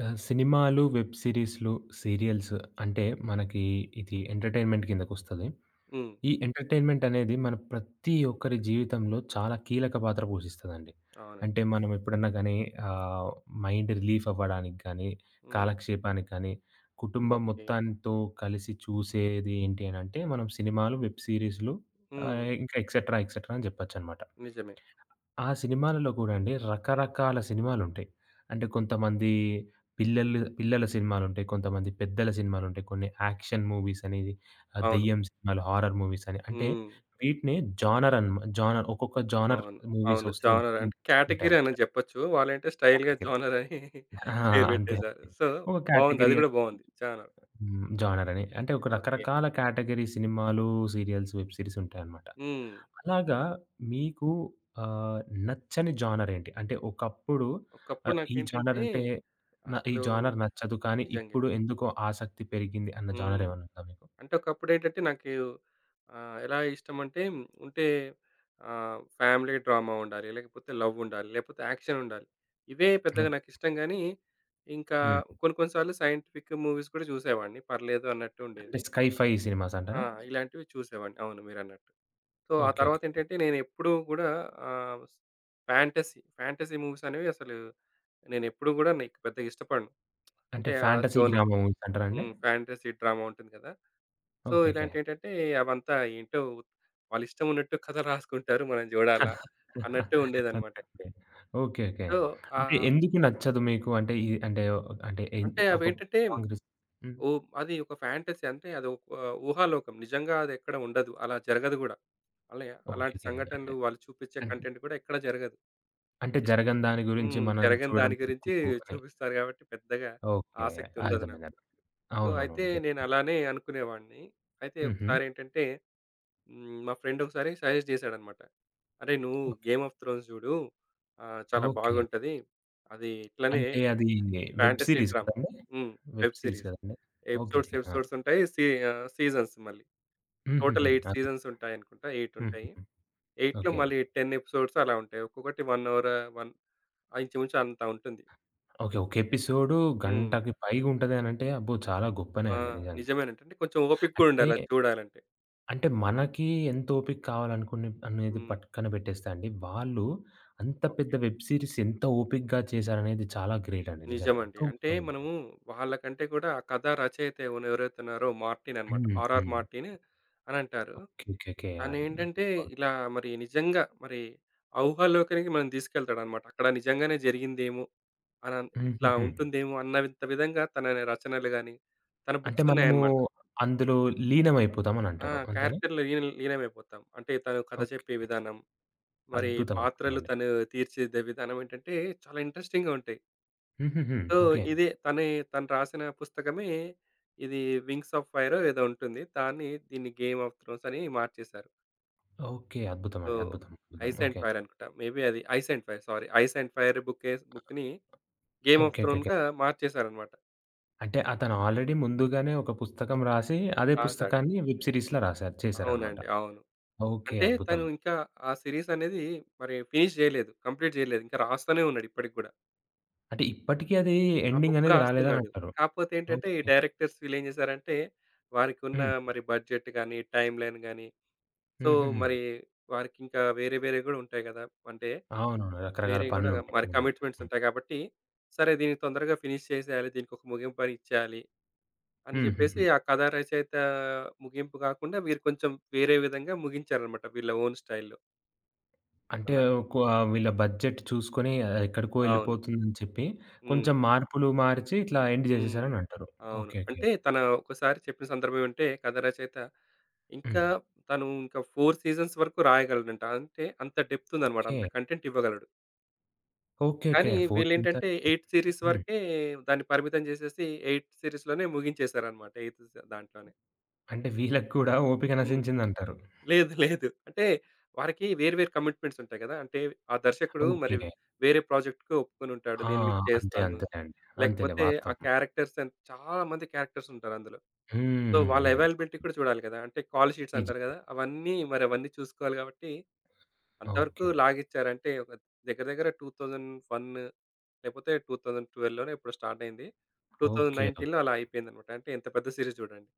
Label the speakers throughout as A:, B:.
A: సినిమాలు, web సీరీస్‌లు, serials అంటే మనకి ఇది ఎంటర్‌టైన్‌మెంట్ కిందకొస్తది.
B: హ్మ్.
A: ఈ ఎంటర్‌టైన్‌మెంట్ అనేది మన ప్రతి ఒక్కరి జీవితంలో చాలా కీలక పాత్ర పోషిస్తదండి.
B: అవునండి.
A: అంటే మనం ఎప్పుడన్నా గానీ ఆహ్, మైండ్ రిలీఫ్ అవ్వడానికి గానీ,
B: హ్మ్.
A: కాలక్షేపానికి కానీ, కుటుంబం
B: ఓకే.
A: మొత్తంతో కలిసి చూసేది ఏంటి అనంటే మనం సినిమాలు, వెబ్ సీరీస్‌లు
B: హ్మ్.
A: ఇంకా ఎక్సెట్రా, ఎక్సెట్రా అని జెప్పొచ్చనమాట.
B: నిజమే.
A: ఆ సినిమాలలో కూడా అండి రకరకాల సినిమాలుంటాయి. అంటే కొంతమంది పిల్లల సినిమాలుంటాయి. కొంతమంది పెద్దల సినిమాలుంటాయి. కొన్ని యాక్షన్ మూవీస్ అని,
B: అవును.
A: దెయ్యం సినిమాలు, హారర్ మూవీస్ అని. అంటే
B: హ్మ్.
A: వీటిని జానర్ అన్ జానర్ ఒక్కొక్క జానర్
B: అవును.
A: మూవీస్
B: అవును.
A: వస్తూ ఉం
B: జానర్
A: ఉం-
B: అంటే కేటగరీ అని
A: ఉంటాయండి.
B: చెప్పొచ్చు. వాళ్ళేంటే స్టైల్‌గా
A: కేటగిరీ.
B: జానర్ అని
A: ఆ!
B: పేరు
A: అంతే
B: పెట్టేసారు.
A: అండి.
B: సో,
A: ఒక
B: బావుంది.
A: కేటగిరీ
B: అది
A: అని.
B: గూడా బావుంది. జానర్.
A: హ్మ్. జోనరని. అంటే ఒక
B: ఓకే.
A: రకరకాల కేటగరీ సినిమాలు, సీరియల్స్, వెబ్ సీరీస్ ఉంటాయన్నమాట.
B: హ్మ్.
A: అలాగా మీకు ఆహ్, నచ్చని జోనర్ ఏంటి? అంటే ఒకప్పుడు
B: ఒకప్పుడు
A: ఈ జోనర్
B: నాకేంటంటే
A: అంటే ఈ
B: అసలు
A: జోనర్ నచ్చదు. కానీ
B: నిజంగా.
A: ఇప్పుడు ఎందుకో ఆసక్తి పెరిగింది అన్న జోనర్
B: హ్మ్.
A: ఏమన్నా ఉందా మీకు?
B: అంటే ఒకప్పుడేంటంటే నాకు ఎలా ఇష్టమంటే ఉంటే ఫ్యామిలీ డ్రామా ఉండాలి. లేకపోతే లవ్ ఉండాలి. లేకపోతే యాక్షన్ ఉండాలి. ఇవే
A: ఓకే.
B: పెద్దగా నాకిష్టం గానీ, ఇంకా
A: హ్మ్.
B: కొన్ని కొన్ని సార్లు సైంటిఫిక్ మూవీస్ కూడా చూసేవాడిని. పర్లేదు అన్నట్టు
A: అంటే
B: ఉండేది.
A: స్కై ఫై సినిమాస్
B: ఆ!
A: అంటారా?
B: ఇలాంటివి చూసేవాడిని. అవును మీరన్నట్టు. సో, ఆ
A: ఓకే. ఓకే.
B: తర్వాతేంటంటే నేనెప్పుడూ గూడా ఆహ్, ఫ్యాంటసీ మూవీస్ అనేవి అసలు నేనెప్పుడు గూడా నీకు పెద్దగా ఇష్టపడను.
A: అంటే
B: అంటే ఆ
A: ఫాంటసీ
B: జోనర్.
A: డ్రామా మూవీస్ అంటారా అండి?
B: హ్మ్. ఫ్యాంటసీ డ్రామా ఉంటుంది గదా! So,
A: okay. ఓకే.
B: ఇలాంటియేంటంటే అవంతా ఏంటో వాళ్ళిష్టం ఉన్నట్టు కథలు రాసుకుంటారు. మనం జూడాలా అన్నట్టు ఉండేదనమాట.
A: అంతే అండి. ఓకే. ఓకే.
B: సో,
A: అంటే
B: ఆహ్,
A: ఎందుకు నచ్చదు మీకు? అంటే ఈ అంటే ఓ- అంటే ఎన్
B: అంటే
A: ఒక
B: అవేంటంటే
A: కాంగ్రెస్ హ్మ్.
B: ఓ అది ఒక ఫ్యాంటసీ అంటే అది ఒక ఊహాలోకం. నిజంగా అదెక్కడ ఉండదు. అలా జరగదు గూడా. అలా
A: ఓకే.
B: అలాంటి
A: ఓకే. అంటే
B: సంఘటనలు వాళ్ళు చూపిచ్చే
A: అన్
B: కంటెంట్ కూడా ఎక్కడ జరగదు.
A: అంటే
B: జస్ట్
A: జరగని దాని గురించి
B: హ్మ్.
A: మనం
B: జరగని
A: చూడడం
B: దాని గురించి
A: ఎందుకు అని.
B: చూపిస్తారు గాబట్టి పెద్దగా
A: ఓకే.
B: ఆసక్తి ఉండదు నాకు.
A: అర్థమైందండి.
B: సో,
A: అవునవును.
B: అయితే
A: ఓకే.
B: నేను అలానే అనుకునేవాడిని. అయితే
A: హుహు.
B: ఒకసారేంటంటే హ్మ్. మా ఫ్రెండ్ ఒకసారి సజెస్ట్ చేశాడనమాట. "అరేయ్! నువ్వు
A: ఓకే.
B: 'గేమ్ ఆఫ్ థ్రోన్స్' జూడు. చాలా
A: ఓకే.
B: బాగుంటది. అది ఇట్లనే
A: అంటే అది వెబ్
B: ఫ్యాంటసీ
A: సీరీస్
B: డ్రామా."
A: కదండీ?
B: హ్మ్.
A: Web
B: web
A: series
B: series.
A: కదండీ? ఓకే.
B: Episodes,
A: okay. ఆ!
B: ఎపిసోడ్స్ ఉంటాయి. సీజన్స్ మళ్ళీ.
A: హుహుహు.
B: టోటల్ 8
A: అద్భుతం.
B: సీజన్స్ ఉంటాయనుకుంటా. 8 ఉంటాయి.
A: హుహుహు.
B: 8లో
A: ఓకే.
B: మళ్ళీ 10 ఎపిసోడ్స్ అలా ఉంటాయి. ఒక్కొక్కటి 1 అవర్ వన్ ఇంచుమించు అంత ఉంటుంది.
A: ఓకే. ఒక ఎపిసోడ్
B: హ్మ్.
A: గంటకి పైగా ఉంటది అనంటే అబ్బో! చాలా గొప్పనే
B: ఆ!
A: అండి నిజంగా.
B: నిజమేనంట. అంటే కొంచెం ఓపిక కూడా
A: అంటే
B: ఉండాలి అది చూడాలంటే.
A: అంటే మనకి ఎంత ఓపిక కావాలనుకునే అనేది
B: హ్మ్.
A: పక్కన పెట్టేస్తే అండి, వాళ్ళు అంత పెద్ద
B: ఓకే.
A: వెబ్ సీరీస్ ఎంత ఓపికగా చేశారనేది చాలా గ్రేట్ అండి నిజంగా.
B: నిజమండి.
A: ఎంతో
B: అంటే
A: గొప్పగుంది.
B: మనము వాళ్ళకంటే కూడా ఆ కథ రచయిత ఎవరైతే ఉన్నారో మార్టిన్ అనమాట.
A: హ్మ్.
B: R R
A: హ్మ్.
B: మార్టిన్ అనంటారు.
A: ఓకే. ఓకే. ఓకే. ఆ!
B: తనేంటంటే ఇలా మరి నిజంగా మరి ఊహలోకానికి మనల్ని తీసుకెళ్తాడనమాట. అక్కడ నిజంగానే జరిగిందేమో! ఇట్లా
A: హుహుహు.
B: ఉంటుందేమో అన్నంత విధంగా తన రచనలు గాని, తన
A: అంటే
B: బుక్స్
A: మనము
B: ఉన్నాయన్నమాట.
A: అందులో
B: ఆ!
A: లీనమైపోతామనంటారు. అంతేనా?
B: క్యారెక్టర్‌లో లీనమైపోతాం. అంటే తను కథ
A: ఓకే.
B: చెప్పే విధానం, మరి
A: అద్భుతం.
B: పాత్రలు
A: అద్భుతమండి.
B: తను తీర్చిదిద్దే విధానం ఏంటంటే చాలా ఇంట్రెస్టింగ్‌గా ఉంటాయి.
A: హుహుహు.
B: So,
A: okay.
B: ఇదే తనే తను రాసిన పుస్తకమే ఇది 'వింగ్స్ ఆఫ్ ఫైరో' ఏదో ఉంటుంది. దీన్ని 'గేమ్ ఆఫ్ థ్రోన్స్' అని మార్చేశారు.
A: ఓకే.
B: సో,
A: అద్భుతమండి. అద్భుతం. అద్భుతం.
B: 'Ice and
A: okay.
B: ఫైర్' అనుకుంటా. మేబీ అది 'ice and fire' sorry. 'Ice and fire' బుక్‌ని 'game of
A: okay. Okay. Okay.
B: థ్రోన్‌గా' మార్చేశారన్నమాట.
A: అంటే అతను ఆల్రెడీ ముందుగానే ఒక పుస్తకం రాసి, అదే
B: రాసాడు.
A: పుస్తకాన్ని వెబ్ సీరీస్‌లా చేశారనమాట.
B: అవునండి. అవును.
A: ఓకే.
B: అంటే
A: అద్భుతం.
B: తను ఇంకా ఆ సీరీస్ అనేది మరి ఫినిష్ చేయలేదు. కంప్లీట్ చేయలేదు. ఇంకా రాస్తూనే ఉన్నాడు ఇప్పటికి గూడా.
A: అంటే ఇప్పటికి అది
B: ఆ
A: ఎండింగ్
B: బుక్
A: అనేది
B: రాస్తున్నాడు.
A: రాలేదనంటారు.
B: కాకపోతే ఏంటంటే, ఈ
A: ఓకే.
B: డైరెక్టర్స్ వీళ్ళేం చేశారంటే, వారికున్న
A: హ్మ్.
B: మరి బడ్జెట్ గాని, టైమ్ లైన్ గాని సో,
A: హుహుహు.
B: మరి వారికింకా వేరే వేరేవి గూడా ఉంటాయి గదా! అంటే
A: అవునవును. రకరకాల
B: వేరేవి గూడా
A: పనులుంటాయి.
B: మరి
A: అవునండి.
B: కమిట్‌మెంట్స్
A: హ్మ్.
B: ఉంటాయి గాబట్టి, సరే దీన్ని తొందరగా ఫినిష్ చేసేయాలి. దీనికొక ముగింపునిచ్చేయాలి అని జెప్పేసి
A: హుహుహు.
B: ఆ కథా రచయిత ముగింపు గాకుండా వీరు కొంచెం వేరే విధంగా ముగించారనమాట వీళ్ళ ఓన్ స్టైల్‌లో
A: అంటే
B: అలా.
A: ఒక వీళ్ళ బడ్జెట్ చూసుకొని ఎక్కడికో
B: అవును.
A: ఎళ్ళిపోతుందని చెప్పి
B: హ్మ్.
A: కొంచెం మార్పులు మార్చి ఇట్లా ఎండ్
B: హ్మ్.
A: జేసేసారనంటారు.
B: అవును.
A: ఓకే. ఓకే.
B: అంటే తన ఒకసారి చెప్పిన సందర్భం ఏంటంటే కథా రచయిత
A: హ్మ్.
B: ఇంకా తను 4 సీజన్స్ వరకు రాయగలడంట. అంటే అంత డెప్త్ ఉందన్నమాట.
A: ఓకే.
B: అంత కంటెంట్ ఇవ్వగలడు.
A: ఓకే. ఓకే.
B: కానీ
A: 4 సీజన్స్
B: వీళ్ళేంటంటే 8 సీరీస్
A: హ్మ్.
B: వరకే దాన్ని పరిమితం చేసేసి 8 సీరీస్‌లోనే ముగించేసారనమాట. 8 స దాంట్లోనే.
A: అంటే వీళ్ళకి కూడా ఓపిక
B: హ్మ్.
A: నశించిందంటారు.
B: లేదు. లేదు. అంటే వారికి వేరు వేరు కమిట్మెంట్స్ ఉంటాయి కదా! అంటే ఆ దర్శకుడు మరి
A: ఓకే.
B: వేరే ప్రాజెక్ట్‌కి ఒప్పుకొనుంటాడు.
A: ఆ!
B: నేను మీకు
A: అంతే
B: చేస్తాను.
A: అంతేనండి. అంతేలే
B: లేకపోతే ఆ
A: వాస్తవం.
B: క్యారెక్టర్స్ అండ్ చాలా మంది క్యారెక్టర్స్ ఉంటారందులో.
A: హ్మ్.
B: సో,
A: హ్మ్.
B: వాళ్ళ
A: హ్మ్.
B: అవైలబిలిటీ కూడా చూడాలి కదా! అంటే కాల్ షీట్స్ అంటారు
A: నిజంగా.
B: కదా! అవన్నీ చూసుకోవాలి కాబట్టి అంతవరకు
A: ఓకే. ఓకే.
B: లాగిచ్చారంటే ఒక దగ్గర దగ్గర 2001 లేకపోతే 2012లోనే ఎప్పుడో స్టార్ట్ అయింది.
A: ఓకే.
B: 2019లో అలా అయిపోయిందనమాట. అంటే ఎంత పెద్ద సీరీస్ చూడండి.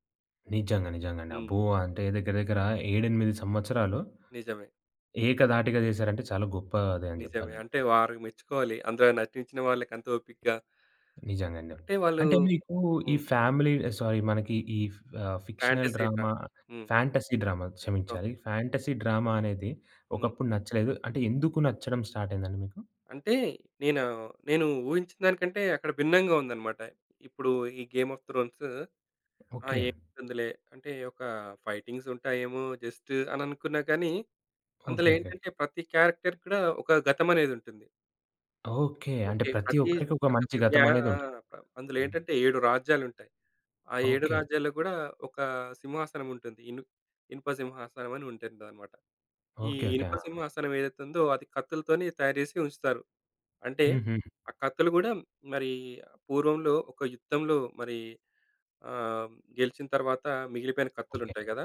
A: నిజంగా. నిజంగండి. అబ్బో!
B: హ్మ్.
A: అంటే దగ్గర దగ్గర 7, 8 సంవత్సరాలు
B: నిజమే.
A: ఏకధాటిగా చేశారంటే చాలా గొప్పదే అని
B: నిజమే.
A: చెప్పాలండి.
B: అంటే వారు మెచ్చుకోవాలి. అందులో నటించిన వాళ్ళకంత ఓపికగా.
A: నిజంగా అండి.
B: అంటే వాళ్ళు
A: అంటే మీకు ఈ
B: హ్మ్.
A: ఫ్యామిలీ సారీ మనకి ఫిక్షనల్
B: ఫ్యాంటసీ
A: డ్రామా,
B: డ్రామా. హ్మ్.
A: ఫ్యాంటసీ డ్రామా క్షమించాలి.
B: ఓకే.
A: ఫ్యాంటసీ డ్రామా అనేది
B: హ్మ్.
A: ఒకప్పుడు నచ్చలేదు. అంటే ఎందుకు నచ్చడం స్టార్ట్ అయిందండి మీకు?
B: అంటే నేను నేను ఊహించిన దానికంటే అక్కడ భిన్నంగా ఉందనమాట. ఇప్పుడు ఈ 'గేమ్ ఆఫ్ థ్రోన్స్' ఆ!
A: ఓకే.
B: ఏముంటుందిలే అంటే ఒక ఫైటింగ్స్ ఉంటాయేమో జస్ట్ అని అనుకున్నా కానీ, అందులో
A: ఓకే. ఓకే.
B: ఏంటంటే ప్రతి క్యారెక్టర్ కూడా ఒక గతం అనేది ఉంటుంది.
A: ఓకే. అంటే
B: ఓకే.
A: ప్రతి
B: ప్రతి
A: ఒక్కరికి ఒక
B: ప్రతి
A: మంచి
B: ఒక్క
A: గతం
B: జ్ఞా
A: అనేది
B: ఆ!
A: ఉంటుంది.
B: ఆ! అందులో
A: హ్మ్.
B: ఏంటంటే 7 రాజ్యాలుంటాయి. ఆ 7
A: ఓకే.
B: రాజ్యాల్లో గూడా ఒక సింహాసనం ఉంటుంది. ఇనుప సింహాసనం అని ఉంటుందన్నమాట. ఈ
A: ఓకే. ఓకే.
B: ఇనుప
A: ఆ!
B: సింహాసనం ఏదైతే ఉందో అది కత్తులతోని తయారు జేసి ఉంచుతారు. అంటే
A: హుహు.
B: ఆ కత్తులు గూడా మరి పూర్వంలో ఒక యుద్ధంలో మరి ఆహ్, గెలిచిన తర్వాత మిగిలిపోయిన
A: ఓకే.
B: కత్తులుంటాయి గదా!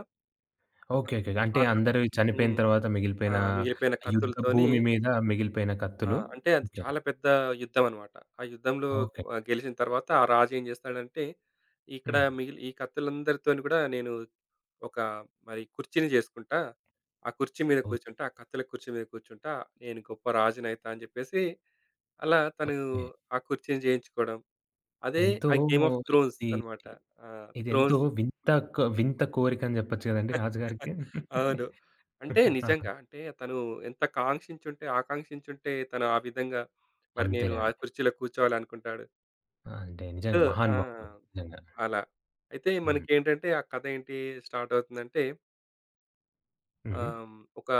A: ఓకే. ఓకే. అంటే
B: ఆ కత్
A: అందరూ చనిపోయిన
B: హ్మ్.
A: తర్వాత
B: ఆ!
A: మిగిలిపోయిన
B: మిగిలిపోయిన
A: యుద్ధ
B: కత్తులతోని
A: భూమి మీద మిగిలిపోయిన
B: ఆ!
A: కత్తులు.
B: అంటే అది
A: ఓకే.
B: చాలా పెద్ద యుద్ధం అన్నమాట. ఆ యుద్ధంలో
A: ఓకే.
B: గెలిచిన తర్వాత ఆ రాజు ఏం చేస్తాడంటే, ఇక్కడ
A: హ్మ్.
B: మిగిలి ఈ కత్తులందరితోని కూడా నేను ఒక మరి కుర్చీని చేసుకుంటా. ఆ కుర్చీ మీద
A: ఓకే.
B: కూర్చుంటా. ఆ కత్తుల కుర్చీ మీద కూర్చుంటా. నేను గొప్ప రాజునైతా అని చెప్పేసి అలా తను
A: ఓకే.
B: ఆ కుర్చీని చేయించుకోవడం. అదే
A: ఎంతో
B: ఆ 'గేమ్ ఆఫ్ థ్రోన్స్'
A: ఇది
B: అన్నమాట. ఆ!
A: ఇదెంతో
B: థ్రోన్స్
A: వింత క వింత కోరికని జెప్పొచ్చు గదండీ రాజుగారికి.
B: అవును. అంటే
A: ఆ!
B: నిజంగా. అంటే తను ఎంత కాంక్షించుంటే, ఆకాంక్షించుంటే తను ఆ విధంగా మరి నేను
A: అంతేలే
B: ఆ
A: అండి.
B: కుర్చీలో కూర్చోవాలనుకుంటాడు.
A: అంటే
B: సో
A: నిజంగా
B: ఆ!
A: మహానుభావుడు నిజంగా.
B: అలా. అయితే
A: హ్మ్.
B: మనకేంటంటే ఆ కథ ఏంటి స్టార్ట్ అవుతుందంటే
A: హుహు.
B: ఆహ్, ఒక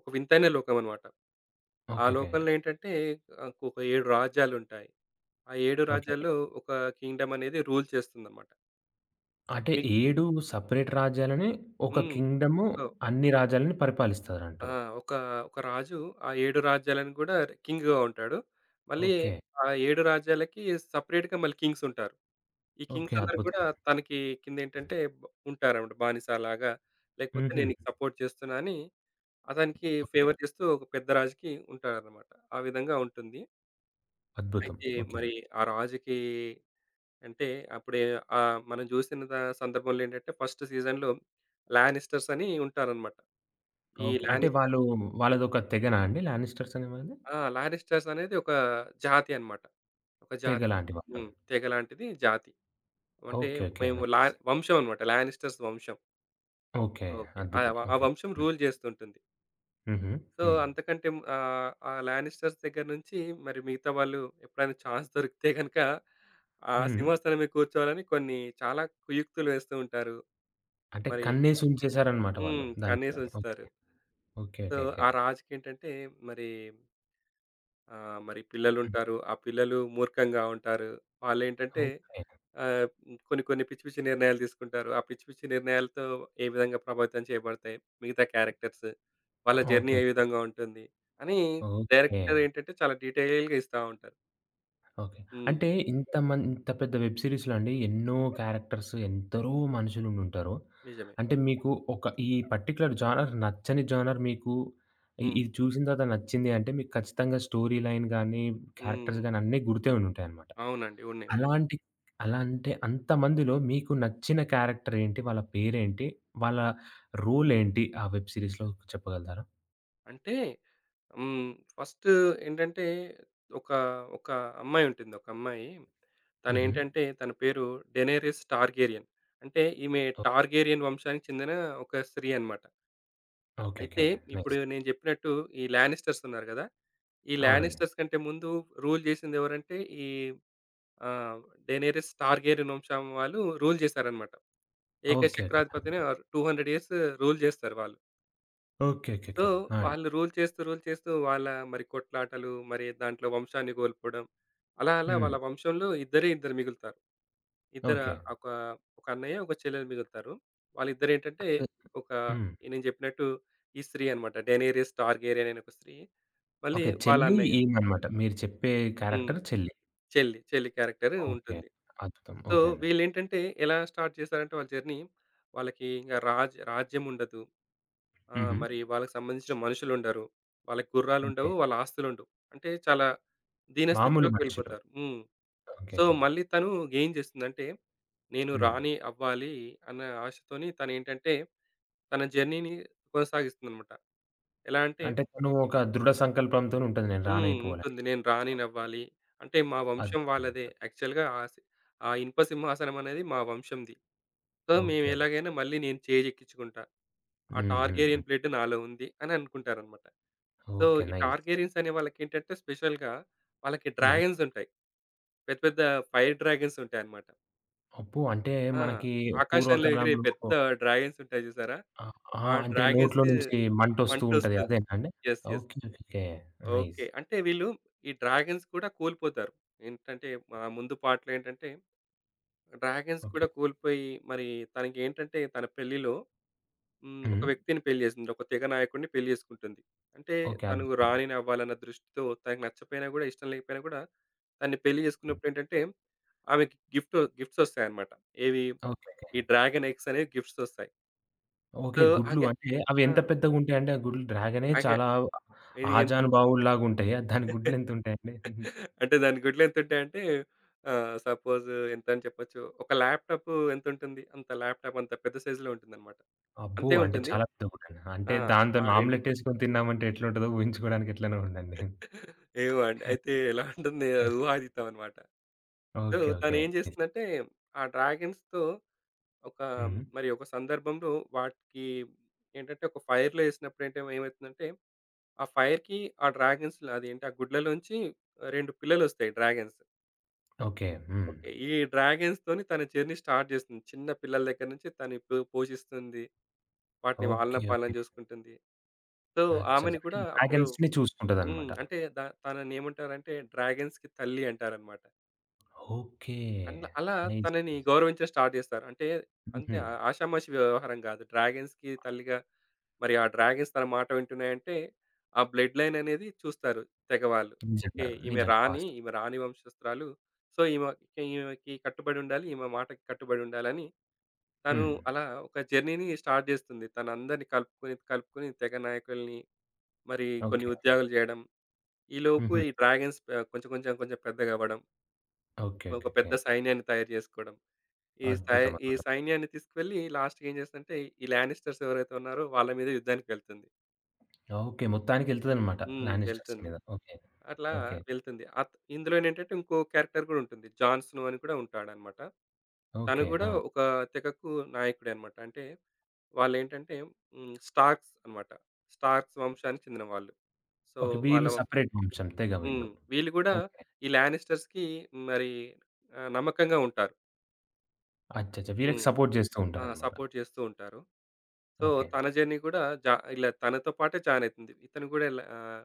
B: ఒక వింతైన లోకం అన్నమాట. ఆ
A: ఓకే. ఓకే.
B: లోకంలో ఏంటంటే ఒక 7 రాజ్యాలుంటాయి. ఆ 7
A: ఓకే.
B: రాజ్యాల్లో ఒక కింగ్‌డమ్ అనేది రూల్ చేస్తుందన్నమాట.
A: అంటే
B: మీ
A: 7 సెపరేట్ రాజ్యాలని ఒక
B: హ్మ్.
A: కింగ్‌డము
B: ఒక
A: అన్ని రాజ్యాలని
B: ఆ!
A: పరిపాలిస్తారంటారు.
B: ఒక, ఒక రాజు ఆ 7 రాజ్యాలను గూడా కింగ్‌గా ఉంటాడు. మళ్ళీ
A: ఓకే.
B: ఆ 7 రాజ్యాలకి సెపరేట్‌గా మళ్ళీ కింగ్స్ ఉంటారు. ఈ
A: ఓకే.
B: కింగ్స్ అందరూ గూడా
A: అద్భుతం.
B: తనకి కిందేంటంటే ఉంటారన్నమాట బానిసలాగా. లేకపోతే
A: హుహు.
B: "నేను నీకు సపోర్ట్ చేస్తున్నా" అని అతనికి ఫేవర్ చేస్తూ ఒక పెద్ద రాజుకి ఉంటాడన్నమాట. ఆ విధంగా ఉంటుంది.
A: అద్భుతం.
B: అయితే
A: ఓకే.
B: మరి ఆ రాజుకి అంటే అప్పుడే మనం చూసిన సందర్భంలో ఏంటంటే ఫస్ట్ సీజన్‌లో లానిస్టర్స్ అని ఉంటారన్నమాట. ఈ
A: ఓకే. అంటే
B: లానిస్టర్
A: వాళ్ళు వాళ్ళదొక తెగనా అండి? 'లానిస్టర్స్' అనే వాళ్ళది?
B: ఆ! లానిస్టర్స్ అనేది ఒక జాతి అన్నమాట. ఒక
A: తెగ
B: జాతి.
A: లాంటి వాళ్ళు.
B: హ్మ్. తెగ లాంటిది జాతి. అంటే
A: ఓకే. ఓకే.
B: మేము లా
A: నైస్.
B: వంశం అన్నమాట. లానిస్టర్స్ వంశం.
A: ఓకే.
B: ఓకే.
A: అద్భుతం.
B: ఆ
A: ఓకే.
B: వంశం
A: హ్మ్.
B: రూల్ చేస్తుంటుంది.
A: హుహు.
B: సో,
A: హ్మ్.
B: అంతకంటే ఆ ఆ లానిస్టర్స్ దగ్గర నుంచి మరి మిగతా వాళ్ళు ఎప్పుడైనా ఛాన్స్ దొరికితే గనుక ఆ
A: హ్మ్.
B: సింహాసనం మీద కూర్చోవాలని కొన్ని చాలా కుయుక్తులు వేస్తూ ఉంటారు.
A: అంటే
B: మరి
A: కన్నేసి ఉంచేసారనమాట వాళ్ళు
B: హ్మ్.
A: దాని మీద.
B: కన్నేసి
A: ఓకే.
B: ఉంచుతారు.
A: ఓకే.
B: So,
A: okay. ఓకే.
B: ఆ రాజుకేంటంటే మరి ఆ! మరి
A: హ్మ్.
B: పిల్లలుంటారు. ఆ పిల్లలు మూర్ఖంగా ఉంటారు. వాళ్ళేంటంటే
A: ఓకే.
B: ఆహ్, కొన్ని కొన్ని పిచ్చి పిచ్చి నిర్ణయాలు తీసుకుంటారు. ఆ పిచ్చి పిచ్చి నిర్ణయాలతో ఏ విధంగా ప్రభావితం చేయబడతాయి మిగతా క్యారెక్టర్స్, వాళ్ళ జర్నీ
A: ఓకే.
B: ఏ విధంగా ఉంటుంది అని
A: ఓకే.
B: డైరెక్టర్ ఏంటంటే చాలా డీటెయిల్‌గా ఇస్తా ఉంటారు.
A: ఓకే.
B: హ్మ్.
A: అంటే ఇంత పెద్ద వెబ్ సీరీస్‌లో అండి ఎన్నో క్యారెక్టర్స్, ఎందరో మనుషులుండుంటారు.
B: నిజమే.
A: అంటే మీకు ఒక ఈ పర్టిక్యులర్ జోనర్ నచ్చని జోనర్ మీకు
B: హ్మ్.
A: ఇది చూసిన తర్వాత నచ్చింది అంటే మీకు ఖచ్చితంగా స్టోరీ లైన్ గాని, క్యారెక్టర్స్
B: హ్మ్.
A: గాని అన్నీ గుర్తే ఉండుంటాయనమాట.
B: అవునండి. ఉన్నాయి. ఉన్నాయి.
A: అలాంటి అలా అంటే అంతమందిలో మీకు నచ్చిన క్యారెక్టర్ ఏంటి? వాళ్ళ పేరేంటి? వాళ్ళ రోల్ ఏంటి? ఆ వెబ్ సీరీస్‌లో చెప్పగలుగుతారా?
B: అంటే హ్మ్. ఫస్ట్ ఏంటంటే ఒక ఒక అమ్మాయుంటుంది. ఒక అమ్మాయి
A: హుహు.
B: తనేంటంటే తన పేరు డెనేరిస్ టార్గేరియన్. అంటే ఈమె
A: ఓ
B: టార్గేరియన్ వంశానికి చెందిన ఒక స్త్రీ అన్నమాట.
A: ఓకే. ఓకే.
B: అయితే
A: నైస్.
B: ఇప్పుడు నేను జెప్పినట్టు ఈ లానిస్టర్స్ ఉన్నారు గదా! ఈ
A: అవునండి.
B: లానిస్టర్స్ కంటే ముందు రూల్ జేసిందెవరంటే ఈ ఆహ్, డెనేరిస్ టార్గేరియన్ వంశం వాళ్ళు రూల్ జేశారన్నమాట. ఏకైక
A: ఓకే. ఓకే.
B: చక్రాధిపతిని ఆర్ 200 ఇయర్స్ రూల్ జేస్తారు వాళ్ళు.
A: ఓకే. ఓకే.
B: So,
A: okay. ఆ! అండి.
B: వాళ్ళు రూల్ చేస్తూ, రూల్ చేస్తూ వాళ్ళ మరి కొట్లాటలు, మరి దాంట్లో వంశాన్ని కోల్పోవడం. అలా అలా
A: హ్మ్.
B: వాళ్ళ వంశంలో ఇద్దరే ఇద్దరు మిగులుతారు. ఇద్దర
A: ఓకే.
B: ఒక ఒక అన్నయ్య, ఒక చెల్లెలు మిగులుతారు. వాళ్ళిద్దరేంటంటే
A: అదే
B: ఒక
A: హ్మ్.
B: నేను చెప్పినట్టు ఈ స్త్రీ అనమాట. 'డెనేరియస్ టార్గేరియన్' అనే ఒక స్త్రీ. మళ్ళీ
A: ఓకే.
B: వాళ్ళ
A: చెల్లి,
B: అన్నయ్య.
A: ఈమనమాట. మీరు చెప్పే
B: హ్మ్.
A: క్యారెక్టర్ చెల్లి.
B: చెల్లి. చెల్లి క్యారెక్టర్
A: ఓకే.
B: ఉంటుంది.
A: అద్భుతం.
B: సో,
A: ఓకే అండి.
B: వీళ్ళేంటంటే ఎలా స్టార్ట్ చేశారంటే వాళ్ళ జర్నీ వాళ్ళకి ఇంక రాజ్యం ఉండదు. ఆ!
A: హుహు.
B: మరి వాళ్ళకి సంబంధించిన మనుషులుండరు. వాళ్ళకి
A: ఓకే.
B: గుర్రాలుండవు. వాళ్ళ ఆస్తులుండవు. అంటే చాలా
A: మామూలు
B: దీనస్థితిలోకి
A: మనుషులు.
B: వెళ్ళిపోతారు. హ్మ్.
A: ఓకే.
B: So,
A: okay.
B: మళ్ళీ తను ఏం చేస్తుందంటే, నేను
A: హ్మ్.
B: రాణి అవ్వాలి అన్న ఆశతోని తనేంటంటే, తన జర్నీని కొనసాగిస్తుందనమాట. ఎలా అంటే
A: అంటే తను ఒక దృఢ సంకల్పంతోని ఉంటది. నేను
B: హ్మ్.
A: రానైపోవాలని.
B: ఉంటుంది. నేను రాణి
A: ఓకే.
B: నవ్వాలి. అంటే మా వంశం వాళ్ళదే.
A: అద్భుతం.
B: యాక్చువల్‌గా ఆ ఇనుప సింహాసనం అనేది మా వంశంది. సో, మేము
A: ఓకే. ఓకే.
B: ఎలాగైనా మళ్ళీ నేను చేజెక్కించుకుంటా. ఆ
A: హ్మ్. హ్మ్.
B: టార్గేరియన్
A: హ్మ్.
B: బ్లడ్ నాలో ఉంది అని అనుకుంటారనమాట. So,
A: okay.
B: ఈ
A: నైస్.
B: టార్గేరియన్స్ అనే వాళ్ళకేంటంటే స్పెషల్‌గా వాళ్ళకి
A: హ్మ్.
B: డ్రాగన్స్ ఉంటాయి. పెద్ద పెద్ద ఫైర్ డ్రాగన్స్ ఉంటాయన్నమాట.
A: అబ్బో! అంటే
B: ఆ!
A: మనకి
B: ఆకాశంలో ఎగిరే
A: పూర్వకాలంలో
B: పెద్ద డ్రాగన్స్ ఉంటాయి చూసారా?
A: ఆ!
B: ఆ
A: అంటే నోట్లో
B: డ్రాగన్స్‌కి
A: నుంచి మంటొస్తూ ఉంటది.
B: మంటొస్తుంది.
A: అదేనా అండి?
B: Yes. Yes.
A: Okay. Okay. Okay. Nice.
B: Okay. అంటే వీళ్ళు ఈ డ్రాగన్స్ కూడా కోల్పోతారు. ఏంటంటే ముందు పార్ట్‌లో ఏంటంటే డ్రాగన్స్
A: ఓకే.
B: కూడా కోల్పోయి మరి తనకేంటంటే తన పెళ్లిలో హ్మ్. ఒక
A: హ్మ్.
B: వ్యక్తిని పెళ్లి చేసింది. ఒక తెగ నాయకుడిని పెళ్లి చేసుకుంటుంది. అంటే
A: ఓకే.
B: తను
A: అద్భుతం.
B: రాణిని అవ్వాలన్న దృష్టితో తనకు నచ్చపోయినా కూడా ఇష్టం లేకపోయినా కూడా తన్ని పెళ్లి
A: హ్మ్.
B: చేసుకున్నప్పుడు ఏంటంటే ఆమెకి గిఫ్ట్స్ వస్తాయన్నమాట. ఏవి
A: ఓకే.
B: ఈ డ్రాగన్ ఎగ్స్ అనేవి గిఫ్ట్స్ వస్తాయి.
A: ఓకే.
B: సో,
A: గుడ్లు
B: ఆగే
A: అంటే అవి
B: ఆ!
A: ఎంత పెద్దగుంటాయండి? ఆ గుడ్లు డ్రాగనే
B: ఆగే
A: చాలా
B: ఇది ఎంత
A: ఆజానుబాహుడులాగుంటాయి. దాని గుడ్లెంతుంటాయండి?
B: అంటే దాని గుడ్లు ఎంతుంటాయంటే సపోజ్ ఎంతని చెప్పొచ్చు. ఒక ల్యాప్‌టాప్ ఎంతుంటుంది? అంత ల్యాప్‌టాప్ అంత పెద్ద సైజ్‌లో ఉంటుందన్నమాట.
A: అబ్బో!
B: అంతే
A: అంటే
B: ఉంటుంది.
A: చాలా పెద్ద గుడ్డండి. అంటే
B: ఆ! ఆ
A: దాంతోని
B: 2
A: ఆమ్లెట్
B: గుడ్లు.
A: ఏసుకొని తిన్నామంటే ఎట్లుంటదో ఊహించుకోవడానికి ఎట్లనో ఉందండి.
B: ఏమో అండి. అయితే ఎలా ఉంటుంది
A: ఓకే.
B: ఊహాతీతం అన్నమాట. So,
A: okay. ఓకే.
B: తనేం
A: నైస్.
B: చేస్తుందంటే ఆ డ్రాగన్స్‌తో ఒక
A: హ్మ్.
B: మరి ఒక సందర్భంలో వాటికి ఏంటంటే ఒక ఫైర్‌లో ఏసినప్పుడు ఏంటే ఏమైతుందంటే, ఆ ఫైర్‌కి ఆ డ్రాగన్స్ అదేంటి ఆ గుడ్లలోంచి 2 పిల్లలొస్తాయి డ్రాగన్స్.
A: ఓకే. హ్మ్.
B: ఓకే. ఈ డ్రాగన్స్‌తోని తన జర్నీ స్టార్ట్ చేస్తుంది. చిన్న పిల్లల దగ్గర నుంచి తను ఇప్పుడు పోషిస్తుంది. వాటిని వాళ్ళన
A: ఓకే.
B: పాలన
A: ఓకే.
B: చూసుకుంటుంది. సో,
A: అచ్చచ్చ!
B: ఆమెని
A: అంటే
B: కూడా అప్పుడు
A: డ్రాగన్స్‌ని
B: హ్మ్.
A: చూసుకుంటదనమాట.
B: అంటే ద తనని ఏమంటారంటే డ్రాగన్స్‌కి తల్లి అంటారన్నమాట.
A: ఓకే.
B: అలా
A: నైస్.
B: తనని
A: నైస్.
B: గౌరవించడం స్టార్ట్ చేస్తారు. అంటే అంతే
A: హుహు.
B: ఆ ఆషామాషి వ్యవహారం కాదు. డ్రాగన్స్‌కి తల్లిగా మరి ఆ డ్రాగన్స్ తన మాట వింటున్నాయంటే, ఆ బ్లడ్ లైన్ అనేది చూస్తారు తెగవాళ్ళు.
A: నిజంగా.
B: ఓకే. ఈమె
A: నిజంగా
B: రాణి,
A: వాస్తవం.
B: ఈమె రాణి వంశస్తురాలు. సో, ఈమెకి కట్టుబడి ఉండాలి. ఈమె మాటకి కట్టుబడి ఉండాలని తను
A: హ్మ్.
B: అలా ఒక జర్నీని స్టార్ట్ చేస్తుంది. తనందరిని కలుపుకొని, కలుపుకొని తెగ నాయకుల్ని మరి కొన్ని
A: ఓకే.
B: ఉద్యోగాలు చేయడం. ఈలోపు
A: హుహు.
B: ఈ డ్రాగన్స్ కొంచెం, కొంచెం, కొంచెం పెద్దగవ్వడం.
A: ఓకే.
B: ఒక
A: ఓకే. ఓకే.
B: పెద్ద సైన్యాన్ని తయారు చేసుకోవడం. ఈ సై
A: అద్భుతం.
B: ఈ
A: అద్భుతం.
B: సైన్యాన్ని తీసుకువెళ్ళి లాస్ట్‌కి ఏం చేస్తదంటే, ఈ లానిస్టర్స్ ఎవరైతే ఉన్నారో వాళ్ళ మీద యుద్ధానికి వెళ్తుంది.
A: ఓకే. మొత్తానికెళ్తదనమాట
B: హ్మ్.
A: లానిస్టర్స్
B: వెళ్తుంది.
A: మీద. ఓకే.
B: అట్లా
A: ఓకే.
B: వెళ్తుంది. ఇందులోనేంటంటే ఇంకో క్యారెక్టర్ కూడా ఉంటుంది. జాన్ స్నో అని కూడా ఉంటాడనమాట. తను
A: ఓకే.
B: కూడా
A: ఆ!
B: ఒక తెగకు నాయకుడే అనమాట. అంటే వాళ్ళేంటంటే హ్మ్. స్టార్క్స్ అనమాట. స్టార్క్స్ వంశానికి చెందిన వాళ్ళు. So,
A: okay.
B: వాళ్ళ
A: వీళ్ళు సెపరేట్ వంశం. తెగ
B: హ్మ్.
A: వీళ్ళు.
B: వీళ్ళు కూడా
A: ఓకే.
B: ఈ లానిస్టర్స్‌కి మరి నమ్మకంగా ఉంటారు.
A: అచ్చచ్చ! వీళ్ళకి
B: హ్మ్.
A: సపోర్ట్ జేస్తూ
B: ఆ!
A: ఉంటారనమాట.
B: సపోర్ట్ చేస్తూ ఉంటారు. So,
A: okay.
B: తన జర్నీ కూడా ఇలా తనతో పాటే జాయిన్ అయితుంది. ఇతను కూడా ఇలా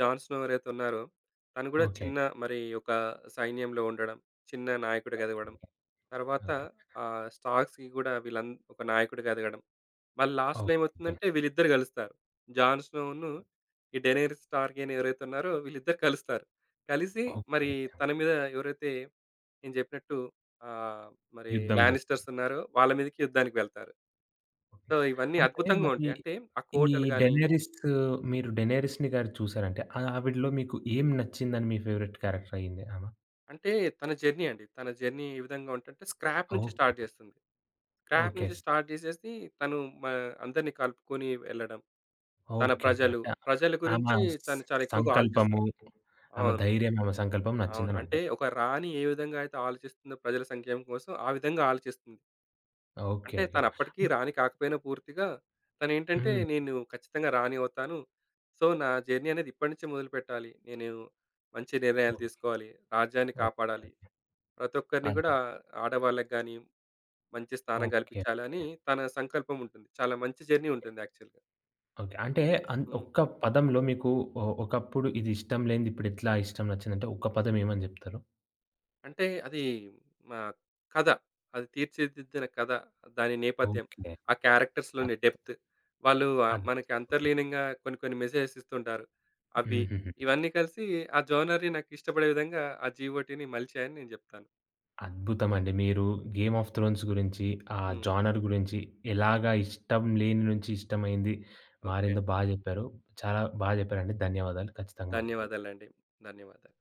B: జాన్ స్నో ఎవరైతే ఉన్నారో, తను కూడా
A: ఓకే.
B: చిన్న మరి ఒక సైన్యంలో ఉండడం, చిన్న నాయకుడిగా ఎదగడం,
A: ఓకే.
B: తర్వాత
A: ఓకే.
B: స్టార్క్స్‌కి కూడా ఒక నాయకుడిగా ఎదగడం. మళ్ళీ లాస్ట్‌లో
A: ఓకే. ఓకే.
B: ఏమవుతుందంటే వీళ్ళిద్దరు కలుస్తారు. జాన్ స్నోను, ఈ డెనేరిస్ టార్గెయిన్ ఎవరైతే ఉన్నారో వీళ్ళిద్దరు కలుస్తారు. కలిసి మరి
A: ఓకే.
B: తన మీద ఎవరైతే నేను చెప్పినట్టు ఆహ్, మరి
A: యుద్ధం జేస్తారు.
B: లానిస్టర్స్ ఉన్నారో వాళ్ళ మీదకి యుద్ధానికి వెళ్తారు.
A: ఓకే.
B: సో, ఇవన్నీ
A: అంటే
B: అద్భుతంగా
A: మరి
B: ఉంటాయి. అంటే ఆ
A: ఈ
B: కోటలు గాని,
A: 'డెనేరిస్' మీరు 'డెనేరిస్‌ని' గారు చూసారంటే ఆ ఆవిడలో మీకు ఏం నచ్చిందని మీ ఫేవరెట్ క్యారెక్టర్ అయింది ఆమె?
B: అంటే తన జర్నీ అండి. తన జర్నీ ఏ విధంగా ఉంటంటే స్క్రాప్ నుంచి స్టార్ట్
A: ఓకే.
B: చేస్తుంది. Scrap
A: okay.
B: నుంచి స్టార్ట్ చేసేసి తను మ అందరిని కలుపుకొని వెళ్ళడం. తన
A: ఓకే. ఓకే.
B: ప్రజలు,
A: అంటే
B: ప్రజల
A: ఆమె
B: గురించి
A: స్
B: తను చాలా ఎక్కువగా
A: సంకల్పము,
B: ఆలోచిస్తుంది.
A: ఆమె
B: అవును.
A: ధైర్యం, ఆమె సంకల్పం
B: అవును. అంటే
A: నచ్చిందనంటారు.
B: ఒక రాణి ఏ విధంగా అయితే ఆలోచిస్తుందో ప్రజల సంక్షేమం కోసం, ఆ విధంగా ఆలోచిస్తుంది.
A: ఓకే.
B: అంటే
A: ఓకే.
B: తనప్పటికి రాణి కాకపోయినా పూర్తిగా, తనేంటంటే
A: హ్మ్.
B: నేను ఖచ్చితంగా రాణి అవుతాను. సో, నా జర్నీ అనేది ఇప్పటి నుంచే మొదలుపెట్టాలి. నేను మంచి నిర్ణయాలు
A: ఓకే.
B: తీసుకోవాలి. రాజ్యాన్ని కాపాడాలి.
A: ఓకే.
B: ప్రతి ఒక్కరిని
A: అన్
B: గూడా ఆడవాళ్ళకి గాని మంచి స్థానం
A: ఓకే.
B: కల్పించాలని
A: ఓకే.
B: తన సంకల్పం ఉంటుంది. చాలా మంచి జర్నీ ఉంటుంది యాక్చువల్‌గా.
A: ఓకే. అంటే
B: హ్మ్.
A: ఒక్క పదంలో మీకు ఒకప్పుడు ఇది ఇష్టం లేనిది ఇప్పుడెట్లా ఇష్టం నచ్చిందంటే ఒక్క పదం ఏమని జెప్తారు?
B: అంటే అది మా కథ. అది తీర్చిదిద్దిన కథ. దాని నేపథ్యం.
A: ఓకే.
B: ఆ క్యారెక్టర్స్‌లోని
A: అద్
B: డెప్త్. వాళ్ళు మనకి
A: అద్భుతం.
B: అంతర్లీనంగా కొన్ని కొన్ని మెసేజెస్ ఇస్తుంటారు. అవి.
A: హుహుహు.
B: ఇవన్నీ కలిసి ఆ జోనర్‌ని నాకు ఇష్టపడే విధంగా ఆ GOTని మలిచాయని నేను చెప్తాను.
A: అద్భుతమండి. మీరు 'గేమ్ ఆఫ్ థ్రోన్స్' గురించి, ఆ
B: హ్మ్.
A: జానర్ గురించి ఎలాగా ఇష్టం లేని నుంచి ఇష్టమైంది
B: ఓకే
A: మారిందో
B: అండి.
A: బా జెప్పారు. చాలా బా జెప్పారండి. ధన్యవాదాలు. ఖచ్చితంగా మళ్ళీ కలుద్దాం.
B: ధన్యవాదాలండి. ధన్యవాదాలు.